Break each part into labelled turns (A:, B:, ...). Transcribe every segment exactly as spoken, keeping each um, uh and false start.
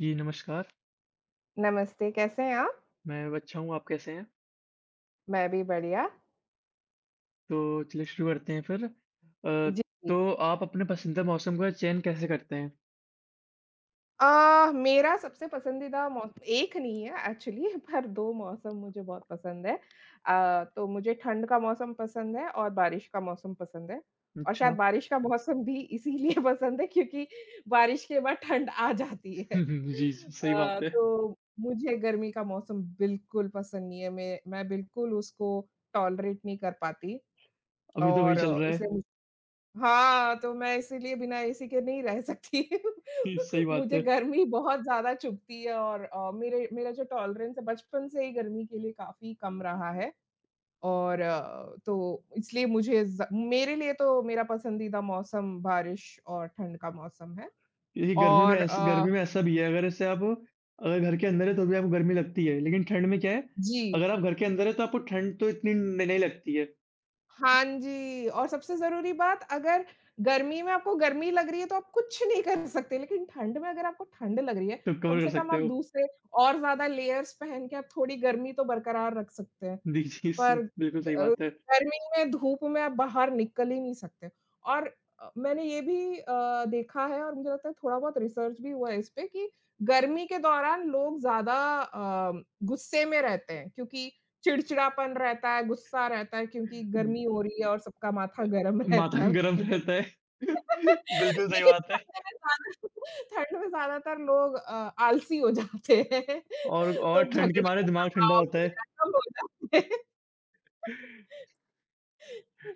A: जी, नमस्कार।
B: नमस्ते, कैसे हैं आप?
A: मैं अच्छा हूँ, आप कैसे हैं?
B: मैं भी बढ़िया।
A: तो चलिए शुरू करते हैं फिर। अ,
B: जी,
A: तो
B: जी।
A: आप अपने पसंदीदा मौसम का चयन कैसे करते हैं?
B: अ, मेरा सबसे पसंदीदा मौ एक नहीं है एक्चुअली पर दो मौसम मुझे बहुत पसंद है। अ, तो मुझे ठंड का मौसम पसंद है और बारिश का मौसम पसंद है। और
A: अच्छा।
B: शायद बारिश का मौसम भी इसीलिए पसंद है क्योंकि बारिश के बाद ठंड आ जाती है।
A: जी, जी, सही
B: अ,
A: बात है।
B: तो मुझे गर्मी का मौसम बिल्कुल पसंद नहीं है। मैं मैं बिल्कुल उसको टॉलरेट नहीं कर पाती
A: अभी तो वही
B: और
A: चल रहा है।
B: इसलिए हाँ, तो मैं इसीलिए बिना एसी के नहीं रह सकती।
A: सही बात
B: मुझे
A: है।
B: गर्मी बहुत ज़्यादा चुभती है और अ, मेरे मेरा जो टॉलरेंस है बचपन से ही गर्मी के लिए काफ़ी कम रहा है और अ, तो इसलिए मुझे ज़ मेरे लिए तो मेरा पसंदीदा मौसम बारिश और ठंड का मौसम है
A: क्योंकि गर्मी में
B: और
A: ऐस गर्मी
B: अ,
A: में ऐसा भी है, अगर ऐसे आप अगर घर के अंदर है तो भी आपको गर्मी लगती है, लेकिन ठंड में क्या है,
B: जी।
A: अगर आप घर के अंदर है तो आपको ठंड तो इतनी न नहीं लगती है,
B: हाँ जी, और सबसे ज़रूरी बात अगर गर्मी में आपको गर्मी लग रही है तो आप कुछ नहीं कर सकते, लेकिन ठंड में अगर आपको ठंड लग रही है,
A: तो
B: कम
A: कवर कर
B: से कम
A: सकते
B: आप
A: हो।
B: दूसरे और ज़्यादा लेयर्स पहन के आप थोड़ी गर्मी तो बरकरार रख सकते हैं।
A: जी, जी, स
B: पर
A: बिल्कुल सही
B: अ,
A: बात है।
B: गर्मी में, धूप में आप बाहर निकल ही नहीं सकते और अ, मैंने ये भी अ, देखा है और मुझे लगता है थोड़ा बहुत रिसर्च भी हुआ है इस पे कि गर्मी के दौरान लोग ज़्यादा अ, गुस्से में रहते हैं क्योंकि चिड़चिड़ापन रहता है, गुस्सा रहता है क्योंकि गर्मी हो रही है और सबका माथा गर्म
A: माथा
B: रहता है उस
A: गरम
B: वजह
A: रहता है।
B: से।
A: बिल्कुल सही
B: लेकिन
A: बात
B: ठंड
A: है
B: में ज़्यादा ठंड में ज़्यादातर लोग अ, आलसी हो जाते हैं
A: और और
B: तो
A: ठंड के
B: झगड़े
A: मारे दिमाग ठंडा
B: तनाव
A: होता है।
B: वगैरह सब हो जाते हैं।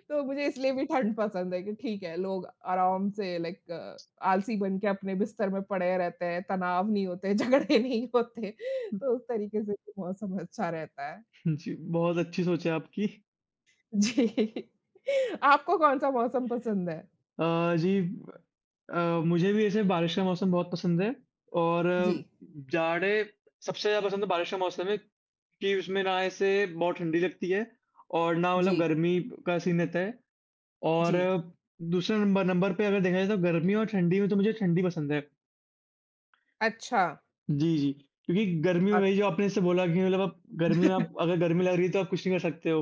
B: तो मुझे इसलिए भी ठंड पसंद है कि ठीक है, लोग आराम से लाइक आलसी बन के अपने बिस्तर में पड़े रहते हैं, तनाव नहीं होते, झगड़े नहीं होते, तो उस तरीके से भी मौसम अच्छा रहता है।
A: जी, बहुत अच्छी सोच है आपकी।
B: जी। आपको कौन-सा मौसम पसंद है?
A: अ, जी अ, मुझे भी ऐसे बारिश का मौसम बहुत पसंद है और
B: जी,
A: अ, जाड़े सबसे ज़्यादा पसंद है बारिश का मौसम है कि उसमें ना ऐसे बहुत ठंडी लगती है और ना मतलब
B: जी,
A: गर्मी का सीन रहता है और
B: जी।
A: अ, दूसरे नंबर नंबर पे अगर देखा जाए तो गर्मी और ठंडी में तो मुझे ठंडी पसंद है।
B: अच्छा,
A: जी, जी। क्योंकि गर्मी में
B: अच्छ
A: वही जो आपने जैसे बोला कि मतलब आप गर्मी में आप अगर गर्मी लग रही है तो आप कुछ नहीं कर सकते हो।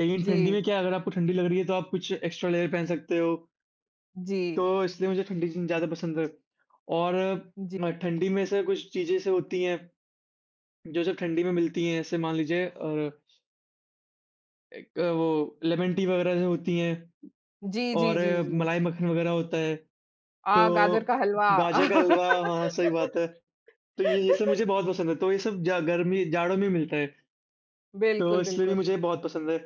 A: लेकिन ठंडी में
B: जी,
A: क्या है अगर आपको ठंडी लग रही है तो आप कुछ एक्स्ट्रा लेयर पहन सकते हो।
B: जी,
A: तो इसलिए मुझे ठंडी चीज़ें ज़्यादा पसंद है। और
B: जी।
A: अ, ठंडी में ऐसे कुछ चीज़ें ऐसे होती हैं, जो सिर्फ़ ठंडी में मिलती हैं। जैसे मान लीजिए अ, एक अ, वो लेमन टी वग़ैरह जो होती हैं
B: जी,
A: और
B: जी, जी।
A: अ,
B: जी,
A: मलाई मक्खन वग़ैरह होता है।
B: अ, गाजर
A: तो
B: का हलवा।
A: गाजर का हलवा हाँ, सही बात है। तो ये ये सब मुझे बहुत पसंद है। तो ये सब जा गर्मी जाड़ों में मिलता है। तो
B: बिल्कुल,
A: इसलिए भी
B: बिल्कुल।
A: मुझे बहुत पसंद है।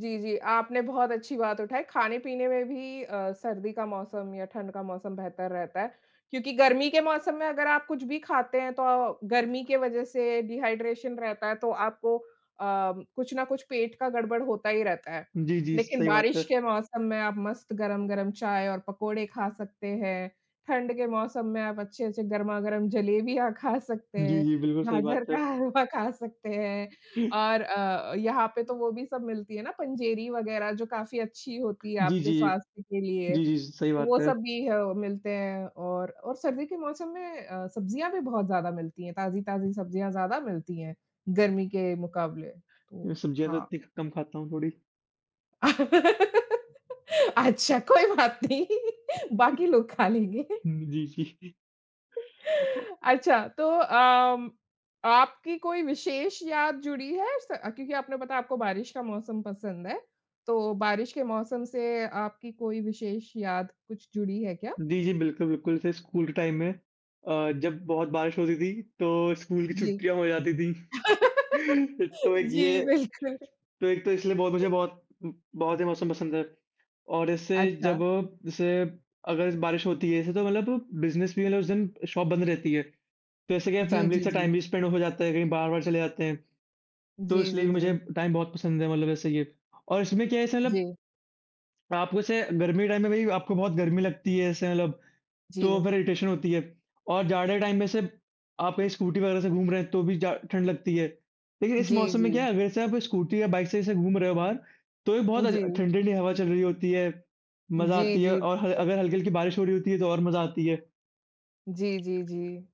B: जी, जी। आपने बहुत अच्छी बात उठाई। खाने-पीने में भी अ, सर्दी का मौसम या ठंड का मौसम बेहतर रहता है, क्योंकि गर्मी के मौसम में अगर आप कुछ भी खाते हैं, तो गर्मी के वजह से डिहाइड्रेशन रहता है, तो आपको अ, कुछ ना कुछ पेट का गड़बड़ होता ही रहता है।
A: जी, जी,
B: लेकिन
A: सही बात
B: बारिश
A: है।
B: के मौसम में आप मस्त गरम-गरम चाय और पकोड़े खा सकते हैं। ठंड के मौसम में आप अच्छे-अच्छे गरमा-गरम जलेबियाँ खा सकते
A: जी,
B: हैं,
A: जी, बिल्कुल सही बात
B: गाजर
A: है।
B: का हलवा खा सकते हैं। और अ, यहाँ पे तो वो भी सब मिलती है ना पंजेरी वगैरह जो काफ़ी अच्छी होती है
A: जी,
B: आपके
A: जी।
B: स्वास्थ्य के लिए,
A: जी, जी, सही
B: तो वो
A: बात है।
B: सब भी अ, मिलते हैं और और सर्दी के मौसम में अ, सब्जियाँ भी बहुत ज़्यादा मिलती हैं, ताज़ी-ताज़ी सब्जियाँ ज़्यादा मिलती हैं, गर्मी के मुकाबले, तो
A: सब्जियाँ तो
B: हाँ।
A: इतनी कम खाता हूँ थोड़ी।
B: अच्छा, कोई बात नहीं, बाकी लोग खा लेंगे।
A: जी, जी।
B: अच्छा तो अम, आपकी कोई विशेष याद जुड़ी है? स क्योंकि आपने बताया आपको बारिश का मौसम पसंद है, तो बारिश के मौसम से आपकी कोई विशेष याद कुछ जुड़ी है क्या?
A: जी, जी, बिल्कुल, बिल्कुल। जैसे स्कूल के टाइम में अ, जब बहुत बारिश होती थी, तो स्कूल की
B: जी।
A: छुट्टियाँ हो जाती थी। तो एक
B: जी,
A: ये
B: बिल्कुल।
A: तो एक तो इसलिए बहुत मुझे बहुत बहुत ये मौसम पसंद है। और इससे जब
B: अच्छा।
A: जैसे अगर बारिश होती है ऐसे तो मतलब बिज़नेस भी मतलब उस दिन शॉप बंद रहती है। तो ऐसे क्या है
B: जी,
A: फैमिली
B: जी,
A: से
B: जी।
A: टाइम भी स्पेंड हो जाता है, कहीं बाहर-वाहर चले जाते हैं। तो
B: जी,
A: इसलिए
B: जी,
A: भी
B: जी।
A: मुझे टाइम बहुत पसंद है मतलब ऐसे ये। और इसमें क्या है जैसे मतलब
B: जी,
A: आपको जैसे गर्मी के टाइम में भाई आपको बहुत गर्मी लगती है ऐसे मतलब
B: जी।
A: तो फिर इरिटेशन होती है और जाड़े टाइम में से आप कहीं स्कूटी वगैरह से घूम रहे हैं तो भी जा ठंड लगती है। लेकिन इस
B: जी,
A: मौसम में
B: जी।
A: क्या है अगर से आप स्कूटी या बाइक से ऐसे घूम रहे हो बाहर तो ये बहुत अज
B: जी।
A: ठंडी-ठंडी हवा चल रही होती है, मज़ा
B: जी,
A: आती है
B: जी।
A: और ह अगर हल्की-हल्की बारिश हो रही होती है तो और मज़ा आती है।
B: जी, जी, जी। जी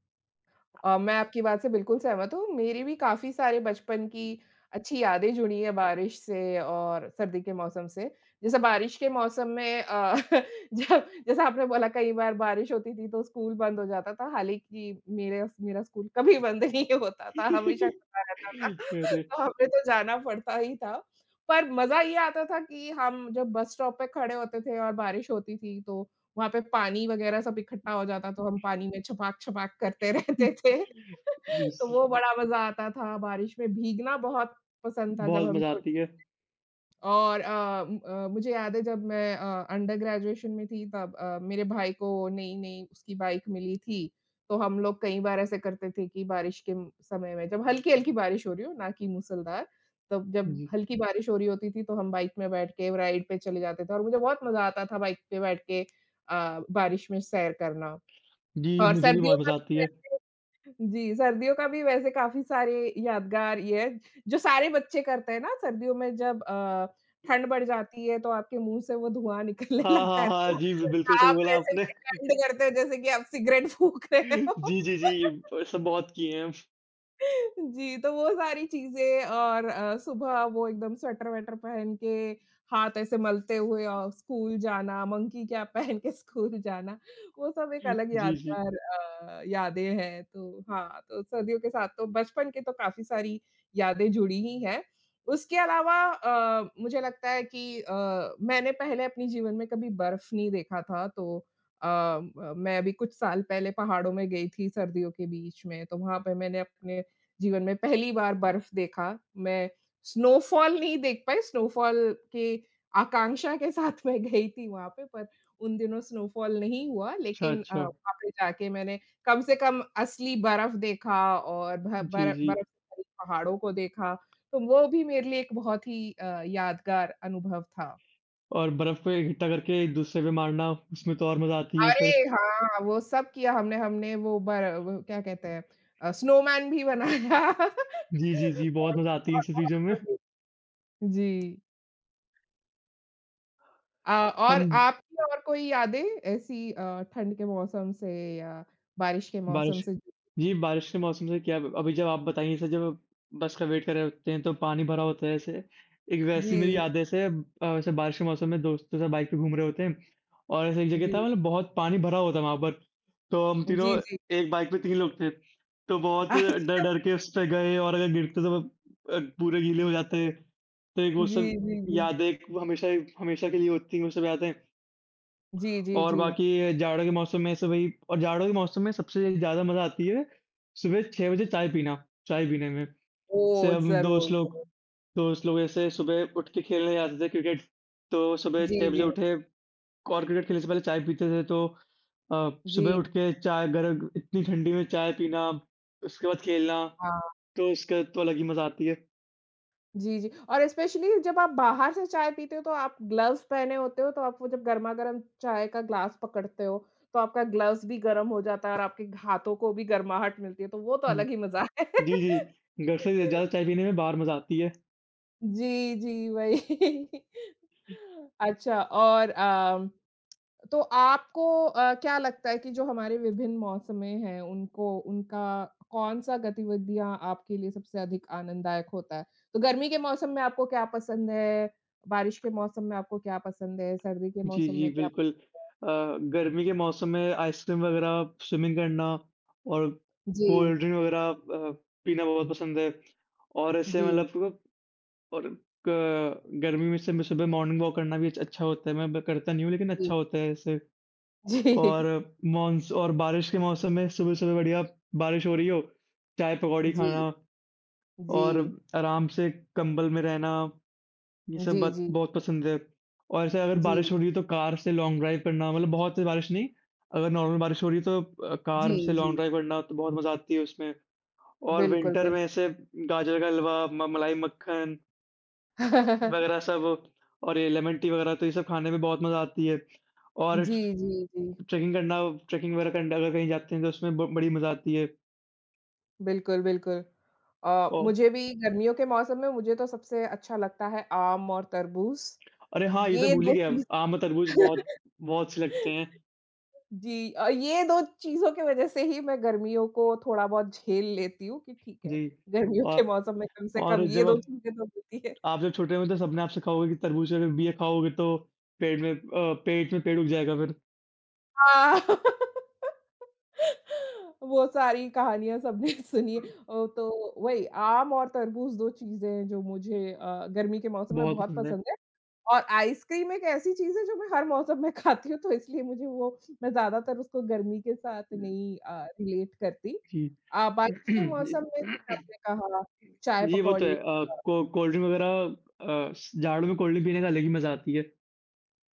B: अ, मैं आपकी बात से बिल्कुल सहमत हूँ। मेरी भी काफ़ी सारे बचपन की अच्छी यादें जुड़ी हैं बारिश से और सर्दी के मौसम से। जैसे बारिश के मौसम में अ, जब जैसे आपने बोला कई बार बारिश होती थी तो स्कूल बंद हो जाता था। हालाँकि मेरे मेरा स्कूल कभी बंद नहीं होता था, हमेशा खुला रहता था।
A: अरे!
B: तो हमें तो जाना पड़ता ही था। पर मज़ा ये आता था कि हम जब बस स्टॉप पे खड़े होते थे और बारिश होती थी तो वहाँ पे पानी वगैरह सब इकट्ठा हो जाता तो हम पानी में छपाक-छपाक करते रहते थे। तो
A: जी,
B: वो बड़ा मज़ा आता था, बारिश में भीगना बहुत पसंद था जब
A: बहुत
B: हम
A: मज़ा आती
B: छोटे
A: है।
B: और अ, म अ, मुझे याद है जब मैं अ, अंडर ग्रेजुएशन में थी तब अ, मेरे भाई को नई-नई उसकी बाइक मिली थी, तो हम लोग कई बार ऐसे करते थे कि बारिश के म समय में जब हल्की-हल्की बारिश हो रही हो, ना कि मूसलधार, तब जब
A: जी,
B: हल्की बारिश हो रही होती थी, तो हम बाइक में बैठ के राइड पे चले जाते थे और मुझे बहुत मज़ा आता था बाइक पे बैठ के अ, बारिश में सैर करना।
A: जी
B: और
A: मुझे भी
B: सर्दियों
A: बहुत
B: का
A: मज़ा
B: भी
A: आती है।
B: वैसे जी, सर्दियों का भी वैसे काफ़ी सारे यादगार ये है, जो सारे बच्चे करते हैं ना सर्दियों में जब अ, ठंड बढ़ जाती है तो आपके मुँह से वो धुआँ निकलने
A: हाँ,
B: लगता
A: हाँ,
B: है
A: हाँ,
B: तो
A: जी, बि बिल्कुल सही
B: आप
A: बोला
B: ऐसे
A: आपने।
B: प्रिटेंड करते हो जैसे कि आप सिगरेट फूँक रहे
A: जी,
B: हो।
A: जी, जी, ब सब बहुत किए हैं।
B: जी, तो वो सारी चीज़ें और अ, सुबह वो एकदम स्वेटर-वेटर पहन के, हाथ ऐसे मलते हुए अ, स्कूल जाना, मंकी कैप पहन के स्कूल जाना, वो सब एक अलग
A: जी, जी।
B: यादगार अ, यादें हैं। तो हाँ, तो सर्दियों के साथ तो बचपन की तो काफ़ी सारी यादें जुड़ी ही हैं। उसके अलावा अ, मुझे लगता है कि अ, मैंने पहले अपने जीवन में कभी बर्फ़ नहीं देखा था, तो अ, म मैं अभी कुछ साल पहले पहाड़ों में गई थी सर्दियों के बीच में, तो वहाँ पे मैंने अपने जीवन में पहली बार बर्फ देखा। मैं स्नोफॉल नहीं देख पाई, स्नोफॉल की आकांक्षा के साथ मैं गई थी वहाँ पे, पर उन दिनों स्नोफॉल नहीं हुआ
A: अच्छा,
B: लेकिन अ,
A: अच्छा।
B: वहाँ पे जाके मैंने कम से कम असली बर्फ देखा और भ
A: जी,
B: बर
A: जी।
B: बर्फ से भरी पहाड़ों को देखा, तो वो भी मेरे लिए एक बहुत ही अ, यादगार अनुभव था।
A: और बर्फ को इकट्ठा करके एक-दूसरे पे मारना, उसमें तो और मज़ा आती है
B: अरे!
A: फिर।
B: हाँ, वो सब किया हमने, हमने वो बर वो क्या कहते हैं अ, स्नोमैन भी बनाया।
A: जी, जी, जी, बहुत
B: और
A: मज़ा आती है इन सब
B: बहुत-बहुत
A: चीज़ों में।
B: मज़े जी। अ, और
A: हम
B: आपकी और कोई यादें ऐसी अ, ठंड के मौसम से या बारिश के
A: बारिश
B: मौसम से?
A: जी, बारिश के मौसम से क्या अभी जब आप बताइए जैसे जब बस का वेट कर रहे होते हैं तो पानी भरा होता है ऐसे, एक वैसी मेरी
B: जी,
A: यादें से अ, ऐसे बारिश के मौसम में दोस्तों से बाइक पे घूम रहे होते हैं और ऐसे एक जगह
B: जी,
A: था मतलब बहुत पानी भरा हुआ था वहाँ पर। तो हम तीनों
B: जी, जी।
A: एक बाइक पे तीन लोग थे, तो बहुत डर
B: अच्छा।
A: डर के उस पे गए और अगर गिरते तो अ, पूरे गीले हो जाते। तो एक वो
B: जी,
A: सब
B: जी, जी।
A: यादें एक हमेशा हमेशा के लिए होती हैं वो सब यादें।
B: जी, जी,
A: और
B: जी।
A: बाकी जाड़ों के मौसम में ऐसे वही और जाड़ों के मौसम में सबसे ज़्यादा मज़ा आती है सुबह छह बजे चाय पीना चाय पीने में। जैसे
B: ओह!
A: हम दोस्त
B: ज़रूर।
A: लोग दोस्त लोग ऐसे सुबह उठ के खेलने जाते थे क्रिकेट। तो सुबह
B: जी,
A: छह बजे
B: जी,
A: उठे और क्रिकेट खेलने से पहले चाय पीते थे तो अ, सुबह
B: जी।
A: उठ के चाय गरम इतनी ठंडी में चाय पीना, उसके बाद खेलना,
B: हाँ,
A: तो उसका तो अलग ही मज़ा आती है।
B: जी, जी। और स्पेशली जब आप बाहर से चाय पीते हो तो आप ग्लव्स पहने होते हो, तो आप वो जब गरमा-गरम चाय का ग्लास पकड़ते हो, तो आपका ग्लव्स भी गरम हो जाता है और आपके हाथों को भी गर्माहट मिलती है, तो वो तो
A: हुँ।
B: अलग ही मज़ा है।
A: जी, जी। घर से ज़्यादा चाय पीने में बाहर मज़ा आती है।
B: जी, जी, वही। अच्छा और अम, तो आपको अ, क्या लगता है कि जो हमारे विभिन्न मौसमें हैं, उनको उनका कौन-सा गतिविधियाँ आपके लिए सबसे अधिक आनंददायक होता है? तो गर्मी के मौसम में आपको क्या पसंद है? बारिश के मौसम में आपको क्या पसंद है? सर्दी के
A: जी,
B: मौसम
A: जी,
B: में क्या
A: बिल्कुल। अ, गर्मी के मौसम में आइसक्रीम वगैरह, स्विमिंग करना और
B: जी,
A: कोल्ड ड्रिंक वगैरह अ, पीना बहुत पसंद है। और ऐसे
B: जी,
A: मतलब और क गर्मी में से मैं सुबह मॉर्निंग वॉक करना भी अच्छा अच्छा होता है। मैं ब करता नहीं हूँ, लेकिन
B: जी,
A: अच्छा होता है ऐसे।
B: जी,
A: और मॉन्स और बारिश के मौसम में सुबह-सुबह बढ़िया बारिश हो रही हो, चाय पकौड़ी
B: जी,
A: खाना
B: जी,
A: और आराम से कंबल में रहना। ये सब
B: जी,
A: बात
B: जी,
A: बहुत पसंद है। और ऐसे अगर बारिश
B: जी,
A: हो रही है तो कार से लॉन्ग ड्राइव करना मतलब बहुत तेज़ बारिश नहीं, अगर नॉर्मल बारिश हो रही है तो अ,
B: जी,
A: कार से लॉन्ग
B: जी,
A: ड्राइव करना तो बहुत मज़ा आती है उसमें। और
B: बिल्कुल,
A: विंटर
B: बिल
A: में ऐसे गाजर का हलवा, म मलाई मक्खन वग़ैरह सब और ये लेमन टी वग़ैरह तो ये सब खाने में बहुत मज़ा आती है। और
B: जी, जी, जी।
A: ट्रैकिंग करना ट्रैकिंग वग़ैरह करना अगर कहीं जाते हैं तो उसमें ब बड़ी मज़ा आती है।
B: बिल्कुल, बिल्कुल। अ,
A: ओ
B: मुझे भी गर्मियों के मौसम में मुझे तो सबसे अच्छा लगता है आम और तरबूज़,
A: अरे हाँ, ये तो
B: ये
A: भूल ही
B: दो
A: गया
B: चीज़
A: आम और तरबूज़ बहुत बहुत अच्छे लगते हैं।
B: जी अ, ये दो चीज़ों की वज़ह से ही मैं गर्मियों को थोड़ा बहुत झेल लेती हूँ कि ठीक है,
A: जी।
B: गर्मियों के
A: और
B: मौसम में कम से कम
A: और
B: ये
A: जब
B: दो
A: आप
B: चीज़ें तो मिलती है।
A: आप जब छोटे में तो सबने आपसे कहा होगा कि तरबूज में बिया खाओगे तो पेट में अ, पेट में पेड़ उग जाएगा फिर।
B: हाँ, वो सारी कहानियाँ सबने सुनी है। अ, तो वही आम और तरबूज़ दो चीज़ें हैं जो मुझे अ, गर्मी के मौसम में
A: बहुत
B: बहुत
A: पसंद है।
B: पसंद है। और आइसक्रीम एक ऐसी चीज़ है जो मैं हर मौसम में खाती हूँ, तो इसलिए मुझे वो मैं ज़्यादातर उसको गर्मी के साथ नहीं अ, रिलेट करती।
A: जी।
B: अ, बारिश के मौसम में जैसे
A: जी,
B: आपने कहा
A: वो तो
B: चाय-पकौड़ी
A: है। अ,
B: अ,
A: को कोल्ड ड्रिंक वगैरह अ, जाड़ों में कोल्ड ड्रिंक पीने का अलग ही मज़ा आती है।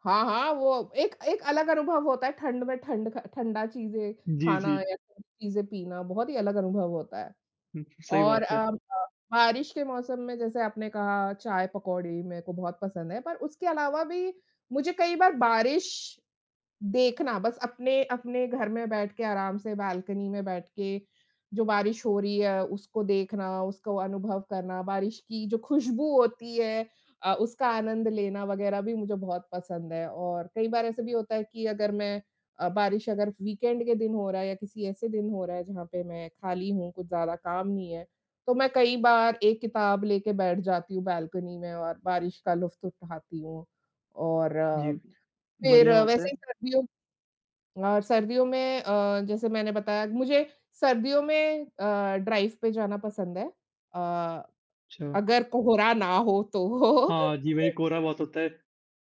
B: हाँ, हाँ, वो एक एक अलग अनुभव होता है ठंड में ठंड ख ठंडा चीज़ें
A: जी,
B: खाना
A: जी।
B: या ठंडी चीज़ें पीना, बहुत ही अलग अनुभव होता है।
A: हुँ, सही
B: और
A: बात
B: अ
A: है।
B: अ, बारिश के मौसम में जैसे आपने कहा चाय-पकौड़ी मेरे को बहुत पसंद है, पर उसके अलावा भी मुझे कई बार बारिश देखना बस अपने अपने घर में बैठ के आराम से बालकनी में बैठ के, जो बारिश हो रही है उसको देखना, उसको अनुभव करना, बारिश की जो खुशबू होती है अ, उसका आनंद लेना वग़ैरह भी मुझे बहुत पसंद है। और कई बार ऐसे भी होता है कि अगर मैं अ, बारिश अगर वीकेंड के दिन हो रहा है या किसी ऐसे दिन हो रहा है जहाँ पे मैं खाली हूँ, कुछ ज़्यादा काम नहीं है, तो मैं कई बार एक किताब लेके बैठ जाती हूँ बालकनी में और बारिश का लुफ़्त उठाती हूँ। और
A: जी,
B: अ, फिर
A: बढ़िया
B: अ,
A: बात
B: वैसे
A: है।
B: ही सर्दियों और सर्दियों में अ, जैसे मैंने बताया मुझे सर्दियों में अ, ड्राइव पे जाना पसंद है। अ,
A: अच्छा।
B: अगर कोहरा ना हो तो
A: हाँ जी, वही कोहरा बहुत होता है।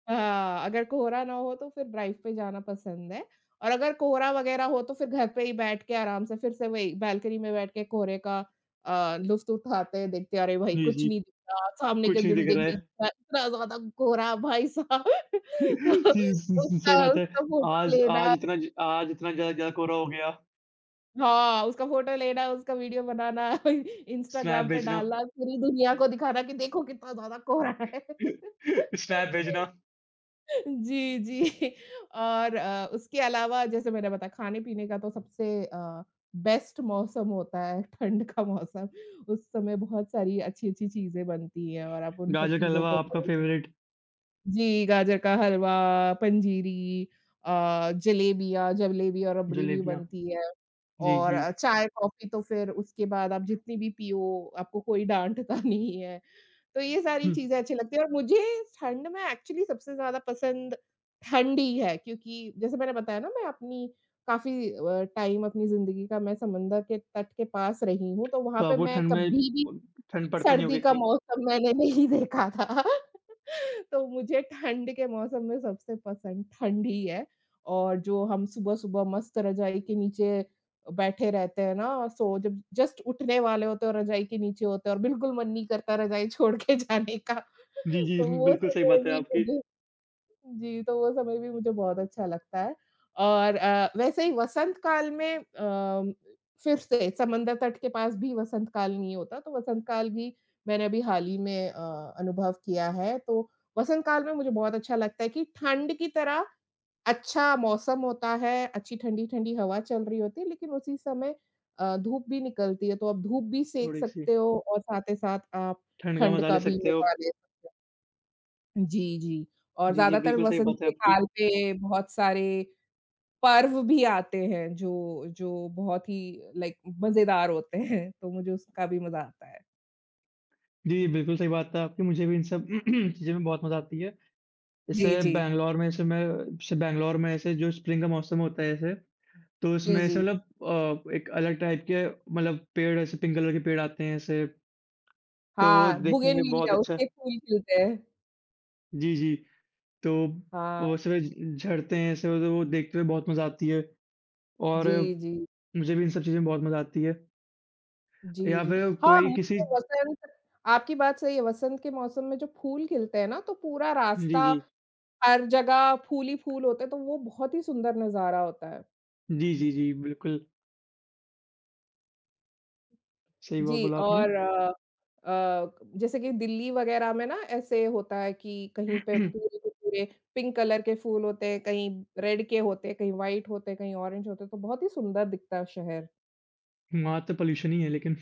B: हाँ, अगर कोहरा ना हो तो फिर ड्राइव पे जाना पसंद है और अगर कोहरा वगैरह हो तो फिर घर पे ही बैठ के आराम से फिर से वही बालकनी में बैठ के कोहरे का अ, लुफ्त उठाते हैं, देखते हैं, अरे भाई
A: जी,
B: कुछ
A: जी।
B: नहीं दिख रहा, सामने के
A: कुछ नहीं दिख
B: बिल्डिंग
A: रहा
B: नहीं दिख
A: है।
B: रहा, इतना ज़्यादा कोहरा भाई साहब
A: जी, स
B: तो
A: स सही
B: उसका
A: बात है।
B: उसका फ़ोटो
A: आज आज
B: लेना
A: इतना ज आज इतना ज़्यादा ज़्यादा कोहरा हो गया,
B: हाँ, उसका फ़ोटो लेना, उसका वीडियो बनाना,
A: स्नैप
B: इंस्टाग्राम पे
A: भेजना
B: डालना, पूरी दुनिया को दिखाना कि देखो कितना ज़्यादा कोहरा है।
A: स्नैप भेजना।
B: जी, जी और अ, उसके अलावा जैसे मैंने बताया खाने-पीने का तो सबसे अ, बेस्ट मौसम होता है ठंड का मौसम। उस समय बहुत सारी अच्छी-अच्छी चीज़ें बनती हैं और आप उन सब
A: गाजर का
B: चीज़ों
A: हलवा
B: को
A: आपका फ़ेवरेट,
B: जी, गाजर का हलवा, पंजीरी अ, जलेबियाँ जलेबी और रबड़ी भी
A: जलेबियाँ।
B: बनती है
A: जी,
B: और
A: जी।
B: अ, चाय, कॉफ़ी तो फिर उसके बाद आप जितनी भी पियो, आपको कोई डाँटता नहीं है। तो ये सारी
A: हुँ,
B: चीज़ें अच्छी लगती हैं और मुझे ठंड में एक्चुअली सबसे ज़्यादा पसंद ठंड ही है क्योंकि जैसे मैंने बताया ना मैं अपनी काफ़ी अ, टाइम अपनी ज़िंदगी का मैं समंदर के तट के पास रही हूँ, तो वहाँ
A: तो
B: पे
A: आपको
B: मैं
A: ठंड में
B: कभी भी
A: ब ठंड पड़ती नहीं होगी
B: सर्दी का
A: इतनी।
B: मौसम मैंने नहीं देखा था। तो मुझे ठंड के मौसम में सबसे पसंद ठंड ही है और जो हम सुबह-सुबह मस्त रज़ाई के नीचे बैठे रहते हैं ना, सो जब जस्ट उठने वाले होते हैं और रज़ाई के नीचे होते हैं और बिल्कुल मन नहीं करता रज़ाई छोड़ के जाने का।
A: जी, जी,
B: तो वो
A: बिल्कुल सही
B: समय
A: बात है
B: भी
A: आपकी।
B: मुझे जी, तो वो समय भी मुझे बहुत अच्छा लगता है और अ, वैसे ही वसंत काल में अ, फिर से समंदर तट के पास भी वसंत काल नहीं होता, तो वसंत काल भी मैंने अभी हाल ही में अ, अनुभव किया है। तो वसंत काल में मुझे बहुत अच्छा लगता है कि ठंड की तरह अच्छा मौसम होता है, अच्छी ठंडी-ठंडी हवा चल रही होती है, लेकिन उसी समय अ, धूप भी निकलती है, तो आप धूप भी सेंक
A: थोड़ी-सी
B: सकते हो और साथ ही साथ आप
A: ठंड का
B: ठंड
A: मज़ा ले
B: का भी
A: सकते हो।
B: मज़ा ले सकते हो। जी, जी। और
A: जी, जी,
B: ज़्यादातर
A: बिल्कुल सही
B: वसंत
A: बात है
B: के
A: आपकी।
B: काल पे बहुत सारे पर्व भी आते हैं जो जो बहुत ही लाइक मज़ेदार होते हैं, तो मुझे उसका भी मज़ा आता है।
A: जी, बिल्कुल सही बात है आपकी। मुझे भी इन सब चीज़ों में बहुत मज़ा आती है। जैसे
B: जी, जी।
A: बैंगलोर में जैसे मैं जैसे बैंगलोर में ऐसे जो स्प्रिंग का मौसम होता है जैसे, तो
B: जी,
A: उसमें ऐसे
B: जी।
A: मतलब अ, एक अलग टाइप के मतलब पेड़ ऐसे पिंक कलर के पेड़ आते हैं ऐसे, तो वो
B: हाँ,
A: देखने में बहुत
B: बोगनविलिया
A: अच्छा
B: उसके फूल खिलते हैं।
A: जी, जी। तो
B: हाँ,
A: वो सुबह ज- झड़ते हैं सुबह तो वो देखते हुए बहुत मज़ा आती है और
B: जी, जी।
A: मुझे भी इन सब चीज़ों में बहुत मज़ा आती है।
B: जी,
A: या
B: जी।
A: फिर
B: हाँ,
A: कोई किसी
B: मुझे वसंत आपकी बात सही है, वसंत के मौसम में जो फूल खिलते हैं ना, तो पूरा
A: जी,
B: रास्ता
A: जी।
B: हर जगह फूल ही फूल होते हैं, तो वो बहुत ही सुंदर नज़ारा होता है।
A: जी, जी, जी, बिल्कुल सही बात
B: जी
A: बोला आपने।
B: और अ अ, जैसे कि दिल्ली वगैरह में ना ऐसे होता है कि कहीं पे पूरे के पूरे पिंक कलर के फूल होते हैं, कहीं रेड के होते हैं, कहीं व्हाइट होते हैं, कहीं ऑरेंज होते हैं, तो बहुत ही सुंदर दिखता है शहर।
A: वहाँ तो पॉल्यूशन ही है लेकिन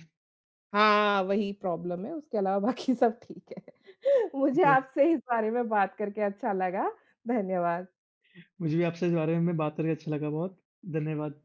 B: हाँ, वही प्रॉब्लम है, उसके अलावा बाकी सब ठीक है। मुझे आपसे इस बारे में बात करके अच्छा लगा। धन्यवाद।
A: मुझे भी आपसे इस बारे में बात करके अच्छा लगा बहुत। धन्यवाद।